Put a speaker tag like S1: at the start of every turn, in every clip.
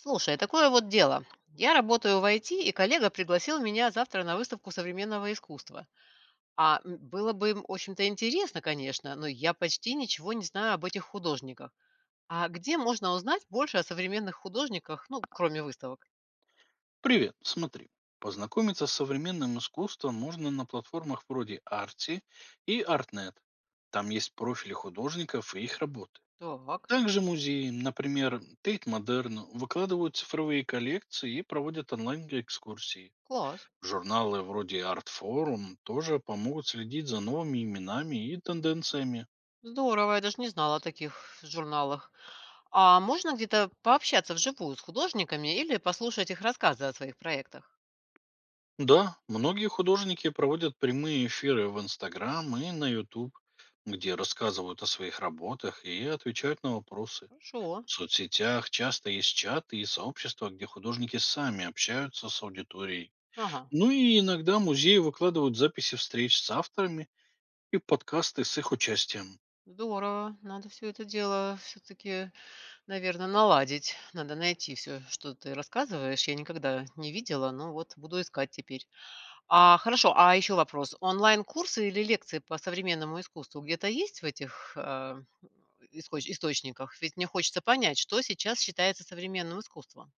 S1: Слушай, такое вот дело. Я работаю в IT, и коллега пригласил меня завтра на выставку современного искусства. Было бы в общем-то, интересно, конечно, но я почти ничего не знаю об этих художниках. А где можно узнать больше о современных художниках, ну, кроме выставок?
S2: Привет, смотри. Познакомиться с современным искусством можно на платформах вроде Арти и Артнет. Там есть профили художников и их работы.
S1: Так,
S2: Также музеи, например, Тейт Модерн, выкладывают цифровые коллекции и проводят онлайн-экскурсии.
S1: класс.
S2: Журналы вроде Art Forum тоже помогут следить за новыми именами и тенденциями.
S1: Здорово, я даже не знала о таких журналах. А можно где-то пообщаться вживую с художниками или послушать их рассказы о своих проектах?
S2: Да, многие художники проводят прямые эфиры в Инстаграм и на Ютуб, где рассказывают о своих работах и отвечают на вопросы.
S1: Хорошо.
S2: В соцсетях часто есть чаты и сообщества, где художники сами общаются с аудиторией.
S1: Ага.
S2: Ну и иногда музеи выкладывают записи встреч с авторами и подкасты с их участием.
S1: Здорово. Надо все это дело все-таки наверное, наладить. Надо найти все, что ты рассказываешь. Я никогда не видела, но вот буду искать теперь. А, хорошо, а еще вопрос. Онлайн-курсы или лекции по современному искусству где-то есть в этих исхоч источниках? Ведь мне хочется понять, что сейчас считается современным искусством.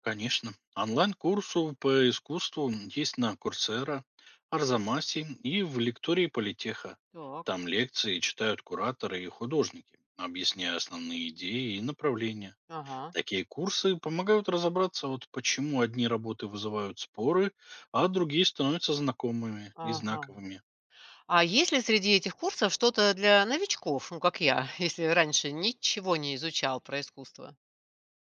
S2: Конечно. Онлайн-курсы по искусству есть на Курсера, Арзамасе и в лектории Политеха.
S1: Так.
S2: Там лекции читают кураторы и художники, объясняя основные идеи и направления.
S1: Ага.
S2: Такие курсы помогают разобраться, вот почему одни работы вызывают споры, а другие становятся знакомыми и
S1: Ага.
S2: знаковыми.
S1: А есть ли среди этих курсов что-то для новичков, ну, как я, если раньше ничего не изучал про искусство?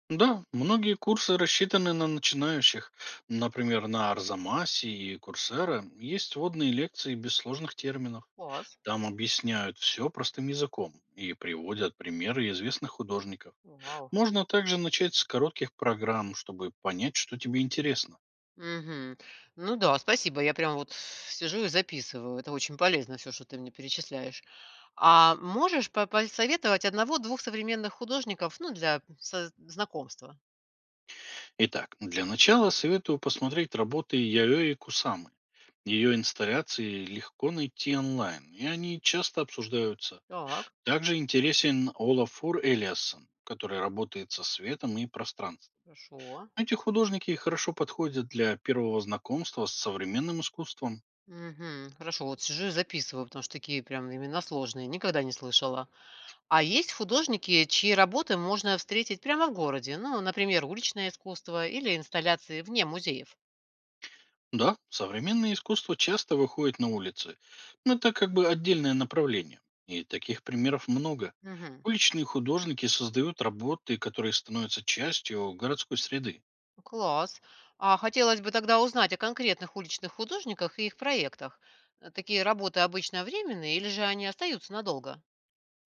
S2: Да, многие курсы рассчитаны на начинающих. Например, на Арзамасе и Курсера есть вводные лекции без сложных терминов.
S1: Класс.
S2: Там объясняют все простым языком и приводят примеры известных художников.
S1: Вау.
S2: Можно также начать с коротких программ, чтобы понять, что тебе интересно.
S1: Мгм. Ну да, спасибо. Я прям вот сижу и записываю. Это очень полезно все, что ты мне перечисляешь. А можешь по посоветовать одного, двух современных художников, ну, для со знакомства?
S2: Итак, для начала советую посмотреть работы Яои Кусамы. Ее инсталляции легко найти онлайн, и они часто обсуждаются.
S1: Так,
S2: Также интересен Олафур Элиассон, который работает со светом и пространством.
S1: хорошо.
S2: Эти художники хорошо подходят для первого знакомства с современным искусством.
S1: Мгм. Хорошо, вот сижу и записываю, потому что такие прям имена сложные, никогда не слышала. А есть художники, чьи работы можно встретить прямо в городе? Ну, например, уличное искусство или инсталляции вне музеев?
S2: Да, современное искусство часто выходит на улицы, но это как бы отдельное направление. И таких примеров много.
S1: Мгм.
S2: Уличные художники создают работы, которые становятся частью городской среды.
S1: Класс. А хотелось бы тогда узнать о конкретных уличных художниках и их проектах. Такие работы обычно временные или же они остаются надолго?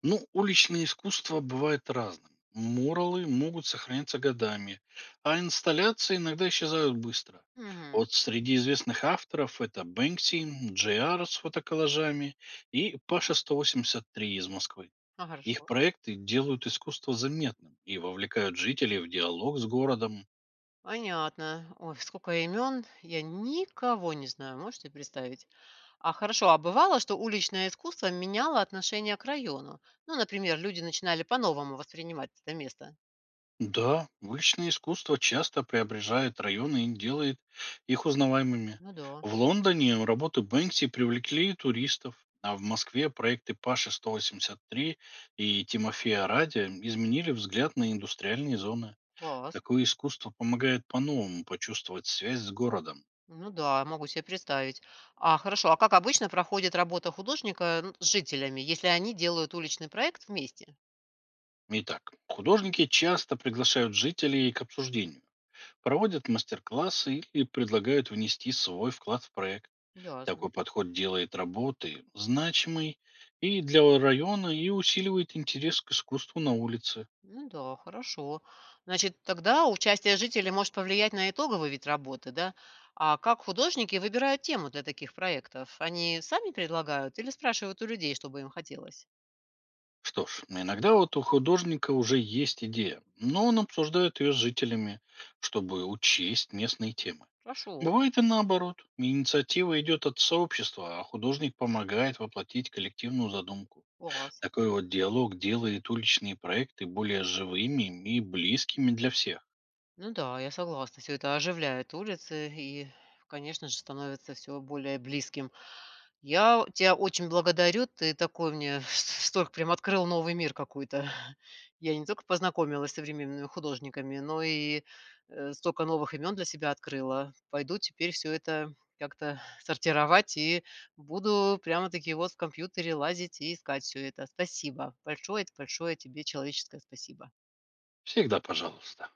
S2: Ну, уличное искусство бывает разным. Муралы могут сохраняться годами, а инсталляции иногда исчезают быстро.
S1: Угу.
S2: Вот среди известных авторов это Бэнкси, Джей Ар с фотоколлажами и Паша 183 из Москвы.
S1: А,
S2: Их
S1: хорошо.
S2: проекты делают искусство заметным и вовлекают жителей в диалог с городом.
S1: Понятно. Ой, сколько имен. Я никого не знаю, можете представить. А хорошо, а бывало, что уличное искусство меняло отношение к району? Ну, например, люди начинали по-новому воспринимать это место.
S2: Да, уличное искусство часто преображает районы и делает их узнаваемыми.
S1: Ну да,
S2: В Лондоне работы Бэнкси привлекли туристов, а в Москве проекты Паши 183 и Тимофея Радя изменили взгляд на индустриальные зоны.
S1: класс.
S2: Такое искусство помогает по-новому почувствовать связь с городом.
S1: Ну да, могу себе представить. А, хорошо, а как обычно проходит работа художника, ну, с жителями, если они делают уличный проект вместе?
S2: Итак, художники часто приглашают жителей к обсуждению, проводят мастер-классы или предлагают внести свой вклад в проект.
S1: Ясно.
S2: Такой подход делает работы значимой и для района, и усиливает интерес к искусству на улице.
S1: Ну да, хорошо. Значит, тогда участие жителей может повлиять на итоговый вид работы, да? А как художники выбирают тему для таких проектов? Они сами предлагают или спрашивают у людей, что бы им хотелось?
S2: Что ж, иногда вот у художника уже есть идея, но он обсуждает ее с жителями, чтобы учесть местные темы.
S1: Хорошо,
S2: Бывает и наоборот. Инициатива идет от сообщества, а художник помогает воплотить коллективную задумку.
S1: класс.
S2: Такой вот диалог делает уличные проекты более живыми и близкими для всех.
S1: Ну да, я согласна. Все это оживляет улицы и, конечно же, становится все более близким. Я тебя очень благодарю. Ты такой мне столько прям открыл новый мир какой-то. Я не только познакомилась с современными художниками, но и, столько новых имен для себя открыла. Пойду теперь все это как-то сортировать и буду прямо-таки вот в компьютере лазить и искать все это. Спасибо большое большое тебе человеческое спасибо.
S2: Всегда пожалуйста.